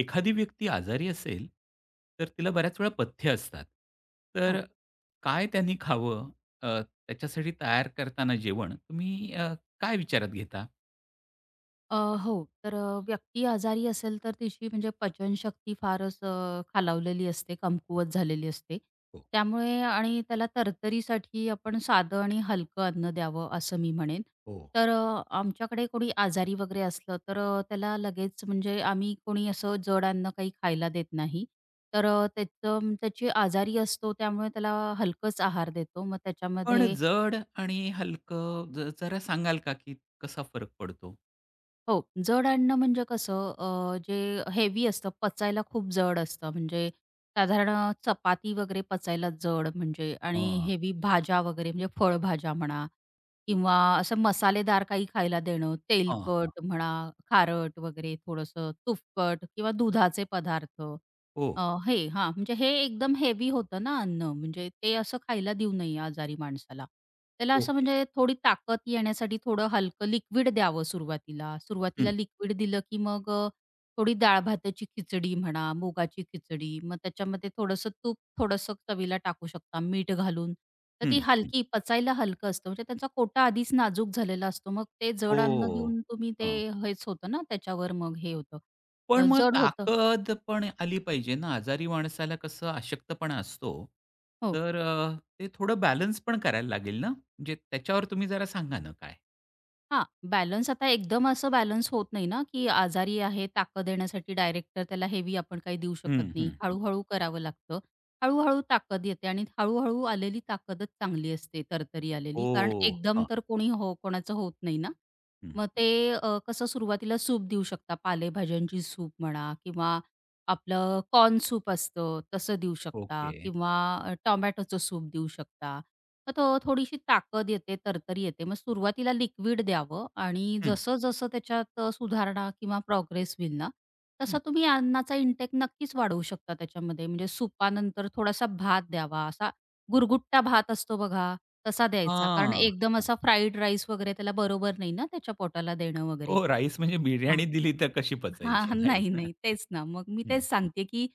एखादी व्यक्ती आजारी असेल, तर तिला बऱ्याच वेळा पथ्य असतात. तर हो. काय त्यांनी खावं अ, त्याच्यासाठी तयार करताना जेवण तुम्ही काय विचारात घेता? अ, हो. तर व्यक्ती आजारी असेल तर तिची म्हणजे पचनशक्ती फारच खालावलेली असते, कमकुवत झालेली असते. हो, त्यामुळे आणि त्याला तरतरीसाठी आपण साधं आणि हलकं अन्न द्यावं असं मी म्हणेन. हो. तर आमच्याकडे कोणी आजारी वगैरे असलं तर त्याला लगेच म्हणजे आम्ही कोणी असं जड अन्न काही खायला देत नाही. तर त्याची आजारी असतो त्यामुळे त्याला हलकंच आहार देतो. मग पण त्याच्यामध्ये जड आणि हलकं जरा सांगाल का, की कसा फरक पडतो? हो, जड अन्न म्हणजे कसं जे हेवी असतं, पचायला खूप जड असतं. म्हणजे साधारण चपाती वगैरे पचायला जड म्हणजे आणि हां, हेवी भाज्या वगैरे म्हणजे फळभाज्या म्हणा किंवा असं मसालेदार काही खायला देणं, हां, हां. तेलकट म्हणा, खारट वगैरे थोडंसं, तुपकट किंवा दुधाचे पदार्थ हो. अ, हे हां, म्हणजे हे एकदम हेवी होतं ना अन्न, म्हणजे ते असं खायला देऊ नये आजारी माणसाला. त्याला असं ओके. म्हणजे थोडी ताकद येण्यासाठी थोडं हलकं लिक्विड द्यावं सुरुवातीला. हं, सुरुवातीला लिक्विड दिलं की मग थोडी डाळ-भाताची खिचडी म्हणा, मुगाची खिचडी, मग त्याच्यामध्ये थोडंसं तूप, थोडंसं चवीला टाकू शकता, मीठ घालून. तर हं, ती हं. हलकी पचायला हलकं असतं, म्हणजे त्यांचा कोटा आधीच नाजूक झालेला असतो. मग ते हो. जड अन्न देऊन तुम्ही ते हेच होतं ना, त्याच्यावर मग हे होतं, पण मग जड होतं. ताकद पण आली पाहिजे ना, आजारी माणसाला कसं अशक्तपणा असतो. हो. तर ते थोडं बॅलन्स पण करायला लागेल ना? म्हणजे त्याच्यावर तुम्ही जरा सांगा ना काय? हां, बॅलन्स आता एकदम असं बॅलन्स होत नाही ना, की आजारी आहे, ताकद देण्यासाठी डायरेक्टर त्याला हेवी आपण काही देऊ हं, शकत हं, नाही. हं. हळू-हळू करावं लागतं. हळू-हळू ताकद येते आणि हळू आलेली ताकदच चांगली असते, तरतरी आलेली. कारण ओह! एकदम हां, तर कोणी हो कोणाचं होत नाही ना. हं. मग ते कसं सुरुवातीला सूप देऊ शकता, पालेभाज्यांची सूप म्हणा किंवा आपलं कॉर्न सूप असतं तसं देऊ शकता ओके. किंवा टोमॅटोचं सूप देऊ शकता. तर तो थोडीशी ताकद येते, तरतरी येते. मग सुरुवातीला लिक्विड द्यावं आणि हं, जसं-जसं त्याच्यात सुधारणा किंवा प्रोग्रेस होईल ना, हं. तसा तुम्ही अन्नाचा इंटेक नक्कीच वाढवू शकता त्याच्यामध्ये. म्हणजे सुपानंतर थोडासा भात द्यावा, असा गुरगुट्टा भात असतो बघा, तसा द्यायचा. कारण हां. एकदम हां. असा फ्राईड राईस वगैरे त्याला बरोबर नाही ना त्याच्या पोटाला देणं वगैरे. हो, राईस म्हणजे हां. बिर्याणी दिली तर कशी पचायची? हां, नाहीच नाही, ना. नाही. तेच ना. मग मी हं, तेच हं. सांगते, की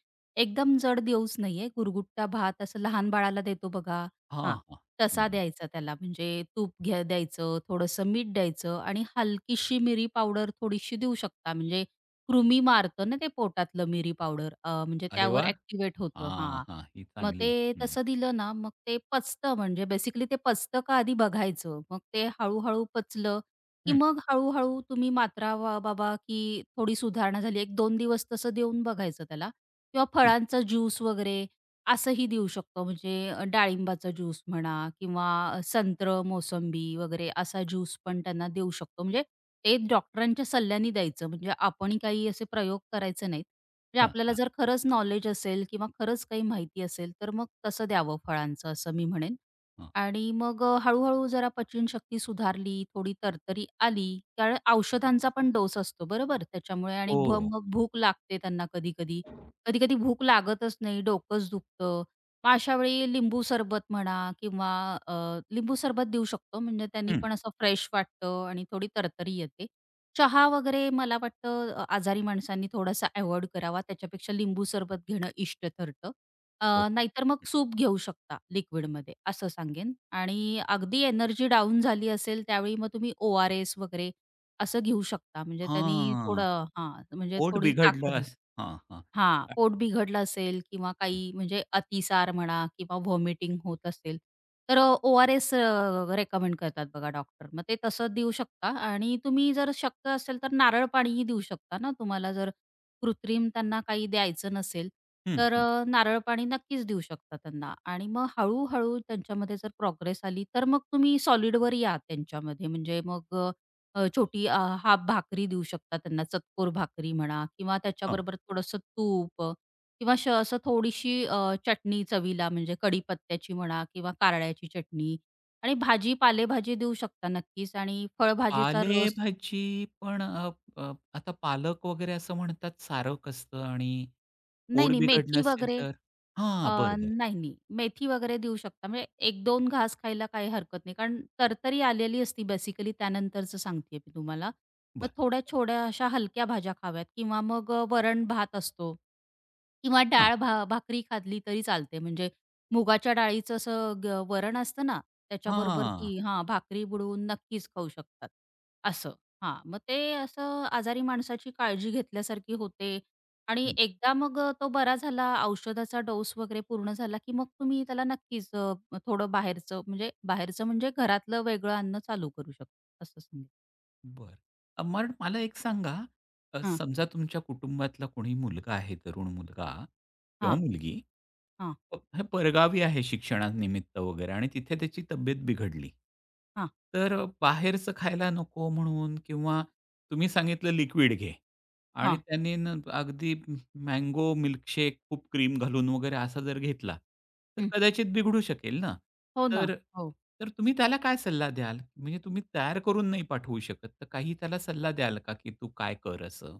एकदम जड देऊच नाहीये. गुरगुट्टा भात असं लहान बाळाला देतो बघा हां, हां, हां. तसा हं. द्यायचा त्याला. म्हणजे तूप घ्या द्यायचं, थोडंसं मीठ द्यायचं आणि हलकीशी मिरी पावडर थोडीशी देऊ शकता. म्हणजे कृमी मारतं ना ते पोटातलं मिरी पावडर म्हणजे अरे त्यावर वाह! ॲक्टिव्हेट होतं हां, हां. हां. ही मग ते चांगली. हं, तसं दिलं ना, मग ते पचतं म्हणजे बेसिकली ते पचतं का आधी बघायचं. मग ते हळू पचलं की हं, मग हळू-हळू तुम्ही मात्रा वा बाबा, की थोडी सुधारणा झाली. एक 2 दिवस तसं देऊन बघायचं त्याला किंवा हं. फळांचा ज्यूस वगैरे असंही देऊ शकतो. म्हणजे डाळिंबाचा ज्यूस म्हणा किंवा संत्र, मोसंबी वगैरे असा ज्यूस पण त्यांना देऊ शकतो. म्हणजे ते डॉक्टरांच्या सल्ल्याने द्यायचं. म्हणजे आपण काही असे प्रयोग करायचे नाहीत. म्हणजे हां, आपल्याला हां, जर खरंच नॉलेज असेल किंवा खरंच काही माहिती असेल, तर मग तसं द्यावं फळांचं असं मी म्हणेन. हां. आणि मग हळू जरा जरा शक्ती सुधारली, थोडी तरतरी आली. कारण औषधांचा पण डोस असतो बरोबर त्याच्यामुळे आणि हो. मग भूक लागते त्यांना कधी-कधी. कधी-कधी भूक लागतच नाही, डोकंच दुखतं. मग अशा वेळी लिंबू सरबत म्हणा किंवा अ, लिंबू सरबत देऊ शकतो म्हणजे त्यांनी हं. पण असं फ्रेश वाटतं आणि थोडी तरतरी येते. चहा वगैरे मला वाटतं आजारी माणसांनी थोडासा अव्हॉइड करावा. त्याच्यापेक्षा लिंबू सरबत घेणं इष्ट ठरतं. ओके. नाहीतर मग सूप घेऊ शकता लिक्विडमध्ये असं सांगेन आणि अगदी एनर्जी डाऊन झाली असेल त्यावेळी मग तुम्ही ओ आर एस वगैरे असं घेऊ शकता म्हणजे त्यांनी हां. थोडं हां, म्हणजे पोट थोडी बिघडलं ताकद येईल. असं हां, हां. हां, अ, पोट बिघडलं असेल किंवा काही म्हणजे अतिसार म्हणा किंवा व्हॉमिटिंग होत असेल, तर ओ-आर-एस रेकमेंड करतात बघा डॉक्टर. मग ते तसं देऊ शकता आणि तुम्ही जर शक्य असेल तर नारळ पाणीही देऊ शकता ना, तुम्हाला जर कृत्रिम त्यांना काही द्यायचं नसेल, हं, तर हं. नारळ पाणी नक्कीच देऊ शकता त्यांना आणि मग हळू त्यांच्यामध्ये जर प्रोग्रेस आली, तर मग तुम्ही सॉलिडवर या त्यांच्यामध्ये. म्हणजे मग छोटी हाफ भाकरी देऊ शकता त्यांना, चतकोर भाकरी म्हणा किंवा हां. त्याच्याबरोबर थोडंसं तूप किंवा असं थोडीशी चटणी चवीला म्हणजे कढीपत्त्याची म्हणा किंवा कारळ्याची चटणी आणि भाजी, पालेभाजी देऊ शकता नक्कीच आणि फळभाजीचा रस पालेभाजी पण आता पालक वगैरे असं म्हणतात सारक असतं आणि नाही, पोट नाही, बिघडलं मेथी असेल वगैरे तर? अ, हां, बरं, बरं, नाही, नाही. मेथी वगैरे देऊ शकता. म्हणजे एक दोन घास खायला काही हरकत नाही. कारण तरतरी आलेली असती बेसिकली त्यानंतरचं सांगतेय मी तुम्हाला. मग बरं. थोड्या छोट्या अशा हलक्या भाज्या खाव्यात किंवा मग वरण-भात असतो किंवा डाळ भाकरी खाल्ली तरी चालते. म्हणजे मुगाच्या डाळीचं असं वरण असतं ना, हां, त्याच्याबरोबर हां. ती हां, भाकरी बुडवून नक्कीच खाऊ शकतात. असं. हां, मग ते असं आजारी माणसाची काळजी घेतल्यासारखी होते. आणि हं. एकदा मग तो बरा झाला, औषधाचा डोस वगैरे पूर्ण झाला, की मग तुम्ही त्याला नक्कीच थोडं बाहेरचं म्हणजे बाहेरचं म्हणजे घरातलं वेगळं अन्न चालू करू शकता असं सांगेन. बरं. मग मला एक सांगा, हां, समजा तुमच्या कुटुंबातला कोणी मुलगा आहे, तरुण मुलगा किंवा हां, मुलगी हां, हे परगावी आहे शिक्षणानिमित्त वगैरे आणि तिथे त्याची तब्येत बिघडली. हां, तर बाहेरचं खायला नको म्हणून किंवा तुम्ही सांगितलं लिक्विड घे आणि हां. त्यांनी अगदी मँगो मिल्कशेक खूप क्रीम घालून वगैरे असा जर घेतला, तर हं. कदाचित बिघडू शकेल ना. हो ना. तर हो. तर तुम्ही त्याला काय सल्ला द्याल? म्हणजे तुम्ही तयार करून नाही पाठवू शकत, तर काही त्याला सल्ला द्याल का, की तू काय कर असं?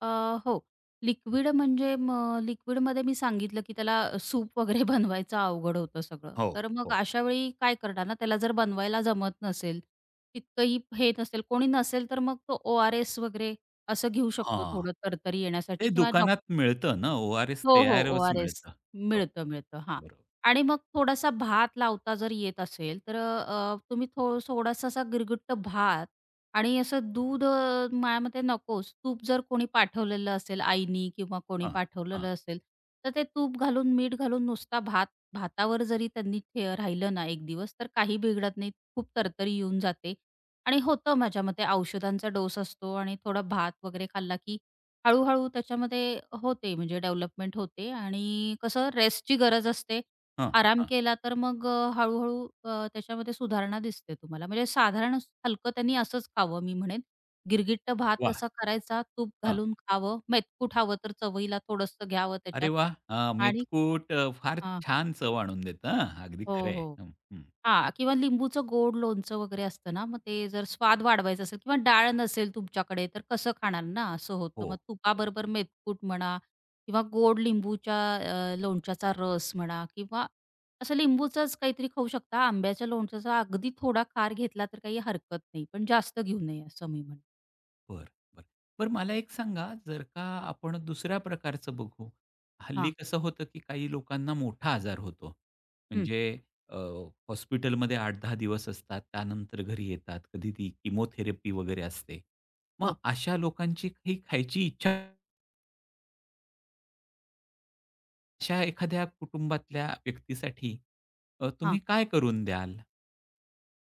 अ, हो. लिक्विड म्हणजे मग लिक्विडमध्ये मी सांगितलं, की त्याला सूप वगैरे बनवायचं अवघड होतं सगळं. हो, तर मग हो. अशा वेळी काय करणार ना, त्याला जर बनवायला जमत नसेल, तितकंही हे नसेल, कोणी नसेल तर मग तो ओ-आर-एस वगैरे असं घेऊ शकतो हां. थोडं तरतरी ते येण्यासाठी किंवा दुकानात मिळतं ना, ओ-आर-एस हो, हो. तयारच ओ-आर-एस. मिळतं. हो, मिळतं, मिळतं. हां. बरोबर. आणि मग थोडासा भात लावता जर येत असेल, तर तुम्ही थोडासा असा गिरगुट्ट भात आणि असं दूध माझ्या मते नकोच. तूप जर कोणी पाठवलेलं असेल आईनी किंवा कोणी हां, हां, पाठवलेलं असेल, तर ते तूप घालून, मीठ घालून नुसता भात भातावर जरी त्यांनी राहिलं ना एक दिवस, तर काही बिघडत नाही. खूप तरतरी येऊन जाते आणि होतं माझ्या मते औषधांचा डोस असतो आणि थोडा भात वगैरे खाल्ला की हळू-हळू त्याच्यामध्ये होते म्हणजे डेव्हलपमेंट होते आणि कसं रेस्टची गरज असते. हां, आराम हां. केला तर मग हळू-हळू त्याच्यामध्ये सुधारणा दिसते तुम्हाला. म्हणजे साधारण हलकं त्यांनी असंच खावं मी म्हणेन. गिरगिट्ट भात वाह! असा करायचा, तूप हां. घालून खावं, मेतकूट हवं तर चवळीला थोडंसं घ्यावं अरे त्याच्यात वाह! आणि मेथकूट फार हां. छान चव आणून देतं हां, अगदी हो, खरं आहे. हो. हं, हं. हां, किंवा लिंबूचं गोड लोणचं वगैरे असतं ना, मग ते जर स्वाद वाढवायचा असेल किंवा डाळ नसेल तुमच्याकडे, तर कसं खाणार ना, असं होतं. मग हो. तुपाबरोबर मेथकूट म्हणा किंवा गोड लिंबूच्या लोणच्याचा रस म्हणा किंवा असं लिंबूचंच काहीतरी खाऊ शकता. आंब्याच्या लोणच्याचा अगदी थोडा खार घेतला तर काही हरकत नाही, पण जास्त घेऊ नये असं मी म्हणेन. बरं, बरं. बरं मला एक सांगा, जर का आपण दुसऱ्या प्रकारचं बघू. हल्ली हां, कसं होतं, की काही लोकांना मोठा आजार होतो. हं. म्हणजे अ, हॉस्पिटलमध्ये 8-10 दिवस असतात. त्यानंतर घरी येतात. कधी ती किमोथेरपी वगैरे असते. मग हो. अशा लोकांची काही खायची इच्छा अशा एखाद्या कुटुंबातल्या व्यक्तीसाठी तुम्ही हां. काय करून द्याल?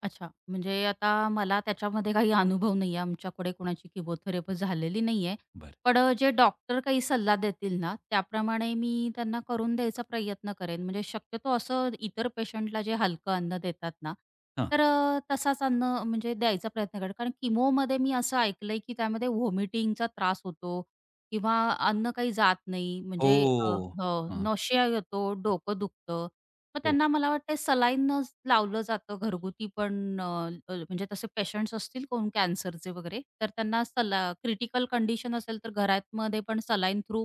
अच्छा. म्हणजे आता मला त्याच्यामध्ये काही अनुभव नाहीये. आमच्याकडे कोणाची किमोथेरपी झालेली नाहीये. बरं. पण जे डॉक्टर काही सल्ला देतील ना, त्याप्रमाणे मी त्यांना करून द्यायचा प्रयत्न करेन. म्हणजे शक्यतो असं इतर पेशंटला जे हलकं अन्न देतात ना, हां. तर तसाच अन्न म्हणजे द्यायचा प्रयत्न करेन. कारण किमोमध्ये मी असं ऐकलंय, की त्यामध्ये व्हॉमिटिंगचा त्रास होतो किंवा अन्न काही जात नाही. म्हणजे हो. हो, हां. येतो, डोकं दुखतं. मग हो. त्यांना मला वाटतं सलाईनच लावलं जातं घरगुती पण म्हणजे तसे पेशंट्स असतील कोण कॅन्सरचे वगैरे, तर त्यांना क्रिटिकल कंडिशन असेल तर घरामध्ये पण सलाईन थ्रू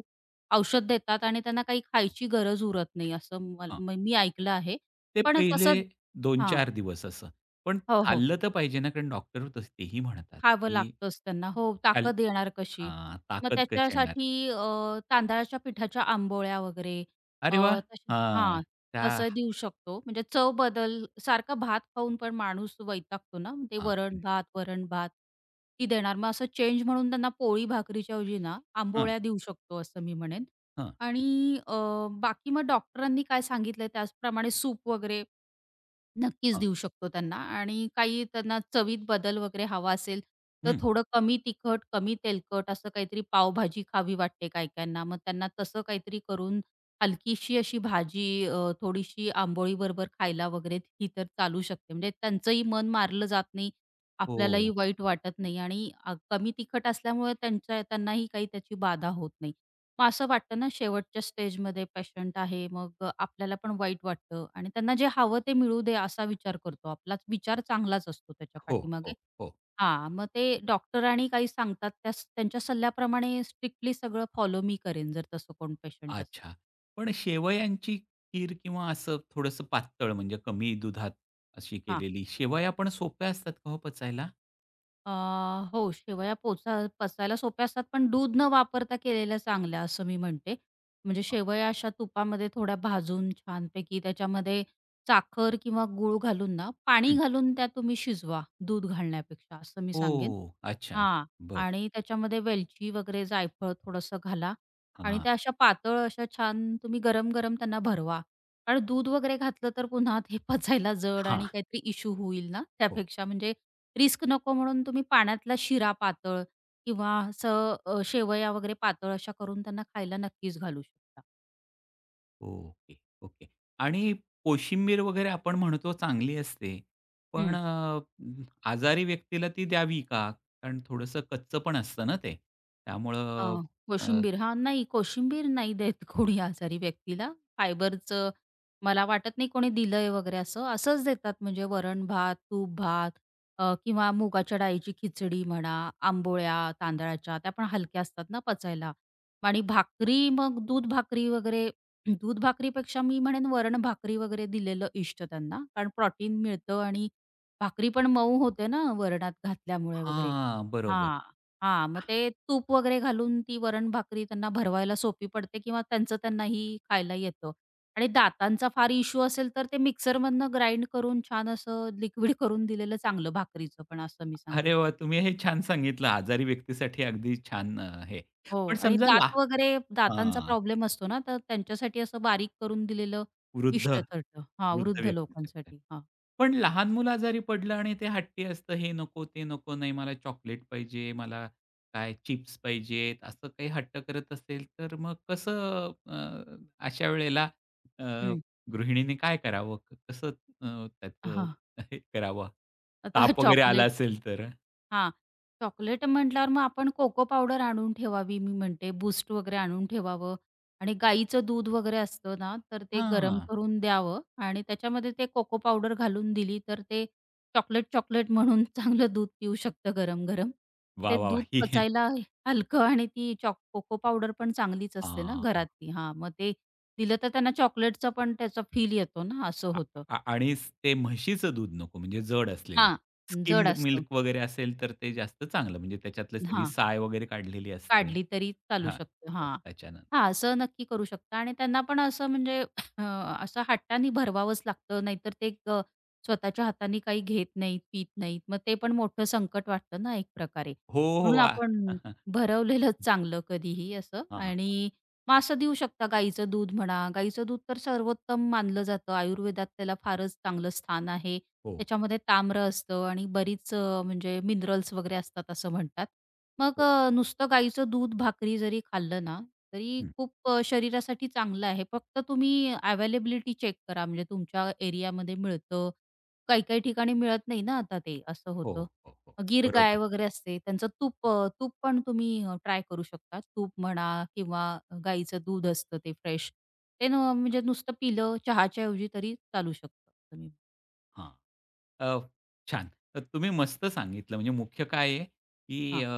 औषध देतात आणि त्यांना काही खायची गरज उरत नाही असं मल म मी ऐकलं आहे. ते पण पहिले तसं हां. 2-4 दिवस असं. पण हो, हो. खाल्लं तर पाहिजे ना, कारण डॉक्टर तेही म्हणतात, खावं की लागतंच त्यांना. हो, खाल ताकद देणार कशी? हां, मग ताकद कशी येणार? त्याच्यासाठी तांदळाच्या पिठाच्या आंबोळ्या वगैरे अ, अरे वाह! तसे हां, हां, त्या तसं देऊ शकतो. म्हणजे चव बदल सारखा भात खाऊन पण माणूस वैतागतो ना, ते हां, वरण-भात ती देणार. मग असं चेंज म्हणून त्यांना पोळी भाकरीच्या ऐवजी ना, हां, आंबोळ्या देऊ शकतो असं मी म्हणेन. हां, आणि बाकी मग डॉक्टरांनी काय सांगितलंय त्याचप्रमाणे सूप वगैरे नक्कीच हां. देऊ शकतो त्यांना आणि काही त्यांना चवीत बदल वगैरे हवा असेल, तर हं. थोडं कमी तिखट, कमी तेलकट असं काहीतरी पावभाजी खावी वाटते काही-काहींना. मग त्यांना तसं काहीतरी करून हलकीशी अशी भाजी थोडीशी आंबोळीबरोबर खायला वगैरे ही तर चालू शकते. म्हणजे त्यांचंही मन मारलं जात नाही, आपल्यालाही हो, वाईट वाटत नाही आणि कमी तिखट असल्यामुळे त्यांच्या त्यांनाही काही त्याची बाधा होत नाही. मग असं वाटतं ना शेवटच्या स्टेजमध्ये पेशंट आहे, मग आपल्याला पण वाईट वाटतं आणि त्यांना जे हवं ते मिळू दे असा विचार करतो. आपलाच विचार चांगलाच असतो त्याच्या हो, पाठीमागे. हो, हो. हां, मग ते डॉक्टर आणि काही सांगतात त्यांच्या सल्ल्याप्रमाणे स्ट्रिक्टली सगळं फॉलो मी करेन जर तसं कोण पेशंट असेल. अच्छा. पण शेवयांची खीर किंवा असं थोडंसं पातळ म्हणजे कमी दुधात अशी हां. केलेली शेवया पण सोप्या असतात का हो पचायला? अ, हो, शेवया पचायला सोप्या असतात, पण दूध न वापरता केलेल्या चांगल्या असं मी म्हणते. म्हणजे शेवया अशा तुपामध्ये थोड्या भाजून छानपैकी त्याच्यामध्ये साखर किंवा गूळ घालून ना, पाणी हं. घालून त्या तुम्ही शिजवा दूध घालण्यापेक्षा असं मी हो. सांगेन. अच्छा. हां. बरं. आणि त्याच्यामध्ये वेलची वगैरे, जायफळ थोडंसं घाला हां, आणि हां. त्या अशा पातळ अशा छान तुम्ही गरम-गरम त्यांना भरवा. कारण दूध वगैरे घातलं तर पुन्हा ते पचायला जड आणि काहीतरी इश्यू होईल ना, हो. त्यापेक्षा म्हणजे रिस्क नको म्हणून तुम्ही पाण्यातला शिरा पातळ किंवा असं शेवया वगैरे पातळ अशा करून त्यांना खायला नक्कीच घालू शकता. Okay, okay. आणि कोशिंबीर वगैरे आपण म्हणतो चांगली असते. पण हं. आजारी व्यक्तीला ती द्यावी का? कारण थोडंसं कच्चं पण असतं ना ते. अ, त्यामुळं अ, कोशिंबीर. हां, नाही कोशिंबीर नाही देत कोणी आजारी व्यक्तीला. फायबरचं मला वाटत नाही कोणी दिलंय वगैरे असं. असंच देतात म्हणजे वरण-भात, तूप-भात किंवा मुगाच्या डाळीची खिचडी म्हणा, आंबोळ्या तांदळाच्या त्या पण हलक्या असतात ना पचायला. आणि भाकरी मग दूध भाकरी वगैरे दूध भाकरीपेक्षा मी म्हणेन वरण भाकरी वगैरे दिलेलं इष्ट त्यांना. कारण प्रोटीन मिळतं आणि भाकरी पण मऊ होते ना वरणात घातल्यामुळे वगैरे. हां, बरोबर. हां. हां, मग ते तूप वगैरे घालून ती वरण भाकरी त्यांना भरवायला सोपी पडते किंवा त्यांचं त्यांनाही खायला येतं. आणि दातांचा फार इश्यू असेल तर ते मिक्सरमधनं ग्राइंड करून छान असं लिक्विड करून दिलेलं चांगलं भाकरीचं पण असं मी अरे सांगेन. वाह! तुम्ही हे छान सांगितलं. आजारी व्यक्तीसाठी अगदी छान हे. हो पण आणि समजा ला दात वगैरे दातांचा हां. प्रॉब्लेम असतो ना, तर त्यांच्यासाठी असं बारीक करून दिलेलं वृद्ध, इष्ट ठरतं. हां, वृद्ध वृद्ध व्यक्ती शकते. लोकांसाठी. हां. पण लहान मुल आजारी पडलं आणि ते हट्टी असतं, हे नको, ते नको, नाही मला चॉकलेट पाहिजे, मला काय चिप्स पाहिजेत, असं काही हट्ट करत असेल, तर मग कसं अशा वेळेला अ, हं. गृहिणीने काय करावं? कसं त्याचं हां, हे करावं? आता ताप वगैरे आला चॉकलेट असेल तर? हां. चॉकलेट म्हटल्यावर मग आपण कोको पावडर आणून ठेवावी मी म्हणते. बूस्ट वगैरे आणून ठेवावं आणि गाईचं दूध वगैरे असतं ना, तर ते गरम हां. करून द्यावं आणि त्याच्यामध्ये ते कोको पावडर घालून दिली, तर ते चॉकलेट-चॉकलेट म्हणून चांगलं दूध पिऊ शकतं गरम-गरम. वाह, ते वाह, वाह! दूध पचायला हलकं आणि ती कोको पावडर पण चांगलीच असते ना हां. घरातली. हां, मग ते दिलं तर त्यांना चॉकलेटचा पण त्याचा फील येतो ना, असं आ होतं. आ आणि ते म्हशीचं दूध नको म्हणजे जड असलेलं. हां, जड स्किम्ड असतं. मिल्क वगैरे असेल तर ते जास्त चांगलं म्हणजे त्याच्यातली सगळी हां. साय वगैरे काढलेली असते. काढली तरी चालू हां, शकतं. हां. त्याच्यानं हां, असं नक्की करू शकता आणि त्यांना पण असं म्हणजे अ, असं हट्टाने भरवावंच लागतं. नाहीतर ते स्वतःच्या हाताने काही घेत नाहीत, पीत नाहीत. मग ते पण मोठं संकट वाटतं ना एक प्रकारे. हो, हो. म्हणून आपण भरवलेलंच चांगलं कधीही असं हां, आणि मग असं देऊ शकता गाईचं दूध म्हणा. गाईचं दूध तर सर्वोत्तम मानलं जातं. आयुर्वेदात त्याला फारच चांगलं स्थान आहे. हो, हो, त्याच्यामध्ये ताम्र असतं आणि बरीच म्हणजे मिनरल्स वगैरे असतात असं म्हणतात. मग हो. नुसतं गाईचं दूध भाकरी जरी खाल्लं ना, तरी हं. खूप शरीरासाठी चांगलं आहे. फक्त तुम्ही अवेलेबिलिटी चेक करा म्हणजे तुमच्या एरियामध्ये मिळतं. काही-काही ठिकाणी मिळत नाही ना आता ते, असं हो, होतं. हो, हो. गीर गाय बरोबर. वगैरे असते, त्यांचं तूप तूप पण तुम्ही ट्राय करू शकता. तूप म्हणा किंवा गाईचं दूध असतं ते फ्रेश. ते न म्हणजे नुसतं पिलं चहाच्या ऐवजी तरी चालू शकतं तुम्ही. हां. अ, छान. तर तुम्ही मस्त सांगितलं. म्हणजे मुख्य काय आहे, की हां.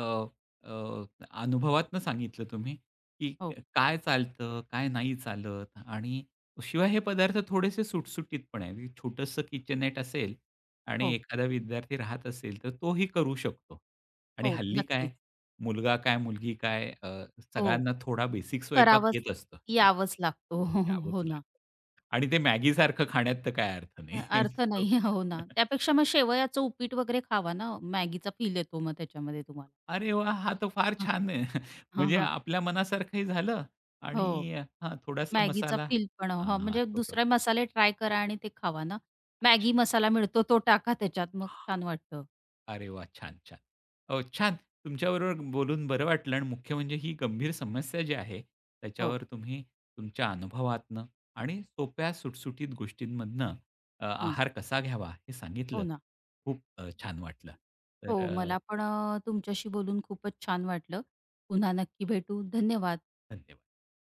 अ, अनुभवातनं सांगितलं तुम्ही, की हो, काय चालतं, काय नाही चालत आणि शिवाय हे पदार्थ थोडेसे सुटसुटीत पण आहे. छोटंसं किचननेट असेल आणि हो, एखादा विद्यार्थी राहत असेल, तर तोही करू शकतो. आणि हो. हल्ली काय, नक्कीच. मुलगा काय, मुलगी काय हो. सगळ्यांना थोडा बेसिक स्वयंपाक करावंच येत असतो. हां. यावंच लागतो. द्यावंच हो ना. लागतं. आणि ते मॅगीसारखं खाण्यात तर काय अर्थ नाही. अर्थ सो नाही. हो ना. त्यापेक्षा मग शेवयाचं उपीट वगैरे खावा ना. मॅगीचा फील येतो मग त्याच्यामध्ये तुम्हाला. अरे वाह! हा तर फार हां. छान आहे. हां, म्हणजे हां. आपल्या मनासारखंही झालं हो. आणि हां, थोडासा मॅगीचा मसाला फील पण हां, हां, म्हणजे तो तो. दुसरे मसाले ट्राय करा आणि ते खावा ना. अच्छा. मॅगी मसाला मिळतो तो टाका त्याच्यात मग छान वाटतं. अरे वाह! छान, छान. हो, छान. तुमच्याबरोबर बोलून बरं वाटलं आणि मुख्य म्हणजे ही गंभीर समस्या जी आहे, हो, त्याच्यावर तुम्ही तुमच्या अनुभवातनं आणि सोप्या सुटसुटीत गोष्टींमधनं हं. आहार कसा घ्यावा हे हो सांगितलं. ना. खूप छान वाटलं. तर हो, मला पण तुमच्याशी बोलून खूपच छान वाटलं. पुन्हा नक्की भेटू. धन्यवाद. धन्यवाद.